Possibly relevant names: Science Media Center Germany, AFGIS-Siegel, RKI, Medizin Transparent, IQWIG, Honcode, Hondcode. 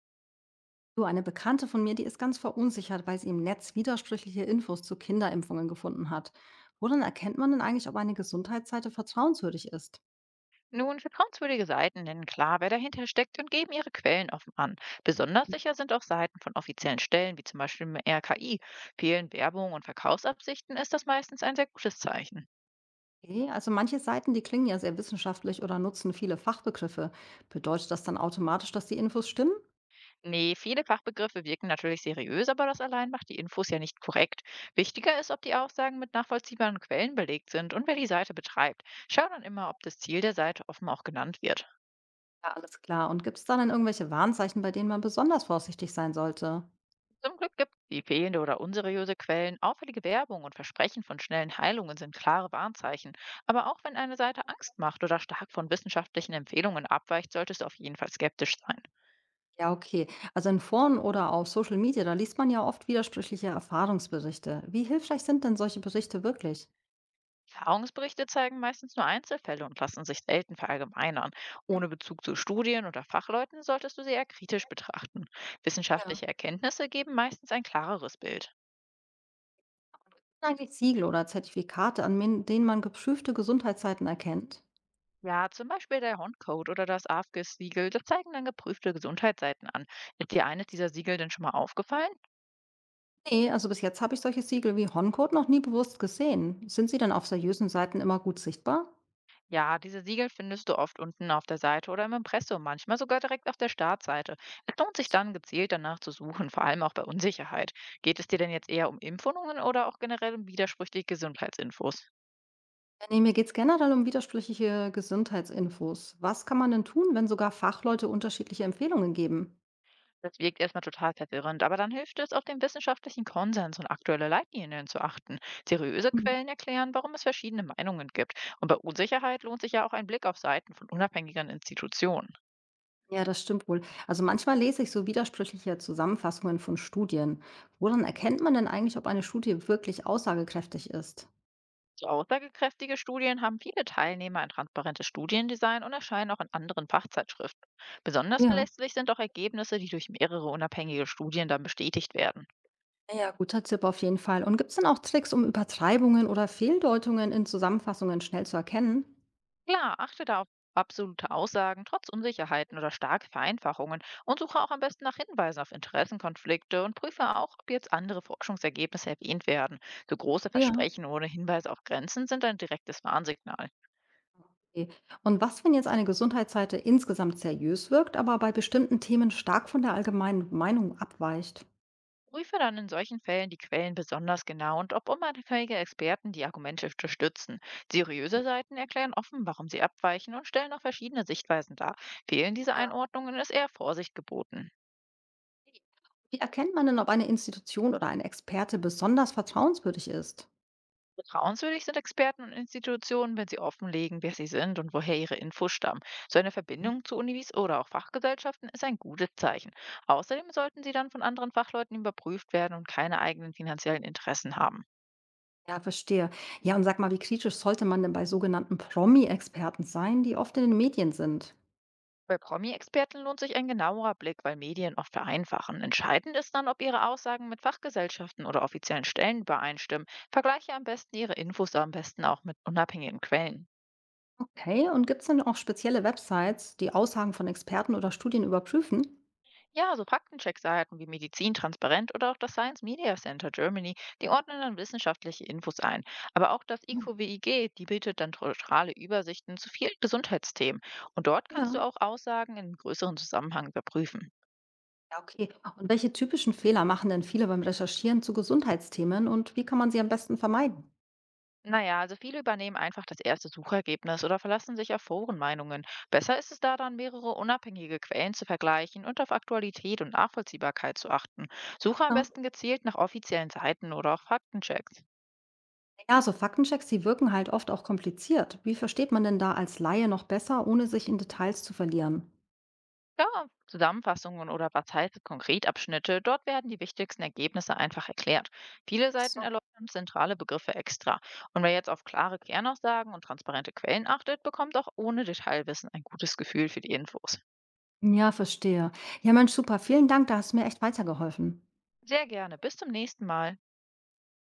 Du, eine Bekannte von mir, die ist ganz verunsichert, weil sie im Netz widersprüchliche Infos zu Kinderimpfungen gefunden hat. Woran erkennt man denn eigentlich, ob eine Gesundheitsseite vertrauenswürdig ist? Nun, vertrauenswürdige Seiten nennen klar, wer dahinter steckt und geben ihre Quellen offen an. Besonders sicher sind auch Seiten von offiziellen Stellen, wie zum Beispiel im RKI. Fehlen Werbung und Verkaufsabsichten, ist das meistens ein sehr gutes Zeichen. Okay, also manche Seiten, die klingen ja sehr wissenschaftlich oder nutzen viele Fachbegriffe. Bedeutet das dann automatisch, dass die Infos stimmen? Nee, viele Fachbegriffe wirken natürlich seriös, aber das allein macht die Infos ja nicht korrekt. Wichtiger ist, ob die Aussagen mit nachvollziehbaren Quellen belegt sind und wer die Seite betreibt. Schau dann immer, ob das Ziel der Seite offen auch genannt wird. Ja, alles klar. Und gibt es da dann irgendwelche Warnzeichen, bei denen man besonders vorsichtig sein sollte? Zum Glück gibt die fehlende oder unseriöse Quellen, auffällige Werbung und Versprechen von schnellen Heilungen sind klare Warnzeichen. Aber auch wenn eine Seite Angst macht oder stark von wissenschaftlichen Empfehlungen abweicht, solltest du auf jeden Fall skeptisch sein. Ja, okay. Also in Foren oder auf Social Media, da liest man ja oft widersprüchliche Erfahrungsberichte. Wie hilfreich sind denn solche Berichte wirklich? Erfahrungsberichte zeigen meistens nur Einzelfälle und lassen sich selten verallgemeinern. Ohne Bezug zu Studien oder Fachleuten solltest du sie eher kritisch betrachten. Ja. Wissenschaftliche Erkenntnisse geben meistens ein klareres Bild. Das Sind eigentlich Siegel oder Zertifikate, an denen man geprüfte Gesundheitszeiten erkennt? Ja, zum Beispiel der Hondcode oder das AFGIS-Siegel, das zeigen dann geprüfte Gesundheitsseiten an. Ist dir eines dieser Siegel denn schon mal aufgefallen? Nee, also bis jetzt habe ich solche Siegel wie Honcode noch nie bewusst gesehen. Sind sie dann auf seriösen Seiten immer gut sichtbar? Ja, diese Siegel findest du oft unten auf der Seite oder im Impressum, manchmal sogar direkt auf der Startseite. Es lohnt sich dann gezielt danach zu suchen, vor allem auch bei Unsicherheit. Geht es dir denn jetzt eher um Impfungen oder auch generell um widersprüchliche Gesundheitsinfos? Ja, nee, mir geht es generell um widersprüchliche Gesundheitsinfos. Was kann man denn tun, wenn sogar Fachleute unterschiedliche Empfehlungen geben? Das wirkt erstmal total verwirrend, aber dann hilft es, auf den wissenschaftlichen Konsens und aktuelle Leitlinien zu achten. Seriöse Mhm. Quellen erklären, warum es verschiedene Meinungen gibt. Und bei Unsicherheit lohnt sich ja auch ein Blick auf Seiten von unabhängigen Institutionen. Ja, das stimmt wohl. Also manchmal lese ich so widersprüchliche Zusammenfassungen von Studien. Woran erkennt man denn eigentlich, ob eine Studie wirklich aussagekräftig ist? So aussagekräftige Studien haben viele Teilnehmer ein transparentes Studiendesign und erscheinen auch in anderen Fachzeitschriften. Besonders Ja. verlässlich sind auch Ergebnisse, die durch mehrere unabhängige Studien dann bestätigt werden. Ja, guter Tipp auf jeden Fall. Und gibt es denn auch Tricks, um Übertreibungen oder Fehldeutungen in Zusammenfassungen schnell zu erkennen? Klar, achte da auf absolute Aussagen trotz Unsicherheiten oder starke Vereinfachungen und suche auch am besten nach Hinweisen auf Interessenkonflikte und prüfe auch, ob jetzt andere Forschungsergebnisse erwähnt werden. So große Ja. Versprechen ohne Hinweise auf Grenzen sind ein direktes Warnsignal. Okay. Und was, wenn jetzt eine Gesundheitsseite insgesamt seriös wirkt, aber bei bestimmten Themen stark von der allgemeinen Meinung abweicht? Prüfe dann in solchen Fällen die Quellen besonders genau und ob unabhängige Experten die Argumente unterstützen. Seriöse Seiten erklären offen, warum sie abweichen und stellen auch verschiedene Sichtweisen dar. Fehlen diese Ja. Einordnungen, ist eher Vorsicht geboten. Wie erkennt man denn, ob eine Institution oder ein Experte besonders vertrauenswürdig ist? Vertrauenswürdig sind Experten und Institutionen, wenn sie offenlegen, wer sie sind und woher ihre Infos stammen. So eine Mhm. Verbindung zu Unis oder auch Fachgesellschaften ist ein gutes Zeichen. Außerdem sollten sie dann von anderen Fachleuten überprüft werden und keine eigenen finanziellen Interessen haben. Ja, verstehe. Ja, und sag mal, wie kritisch sollte man denn bei sogenannten Promi-Experten sein, die oft in den Medien sind? Bei Promi-Experten lohnt sich ein genauerer Blick, weil Medien oft vereinfachen. Entscheidend ist dann, ob ihre Aussagen mit Fachgesellschaften oder offiziellen Stellen übereinstimmen. Vergleiche am besten ihre Infos am besten auch mit unabhängigen Quellen. Okay, und gibt es denn auch spezielle Websites, die Aussagen von Experten oder Studien überprüfen? Ja, so Faktencheck-Seiten wie Medizin Transparent oder auch das Science Media Center Germany, die ordnen dann wissenschaftliche Infos ein. Aber auch das Hm. IQWIG, die bietet dann neutrale Übersichten zu vielen Gesundheitsthemen. Und dort kannst Ja. du auch Aussagen in größeren Zusammenhang überprüfen. Ja, okay. Und welche typischen Fehler machen denn viele beim Recherchieren zu Gesundheitsthemen und wie kann man sie am besten vermeiden? Naja, also viele übernehmen einfach das erste Suchergebnis oder verlassen sich auf Forenmeinungen. Besser ist es da dann, mehrere unabhängige Quellen zu vergleichen und auf Aktualität und Nachvollziehbarkeit zu achten. Suche am Ja. besten gezielt nach offiziellen Seiten oder auch Faktenchecks. Ja, so Faktenchecks, die wirken halt oft auch kompliziert. Wie versteht man denn da als Laie noch besser, ohne sich in Details zu verlieren? Ja, Zusammenfassungen oder was heißt es konkret Abschnitte, dort werden die wichtigsten Ergebnisse einfach erklärt. Viele Seiten So. erläutern zentrale Begriffe extra. Und wer jetzt auf klare Kernaussagen und transparente Quellen achtet, bekommt auch ohne Detailwissen ein gutes Gefühl für die Infos. Ja, verstehe. Ja, Mensch, super. Vielen Dank, da hast du mir echt weitergeholfen. Sehr gerne, bis zum nächsten Mal.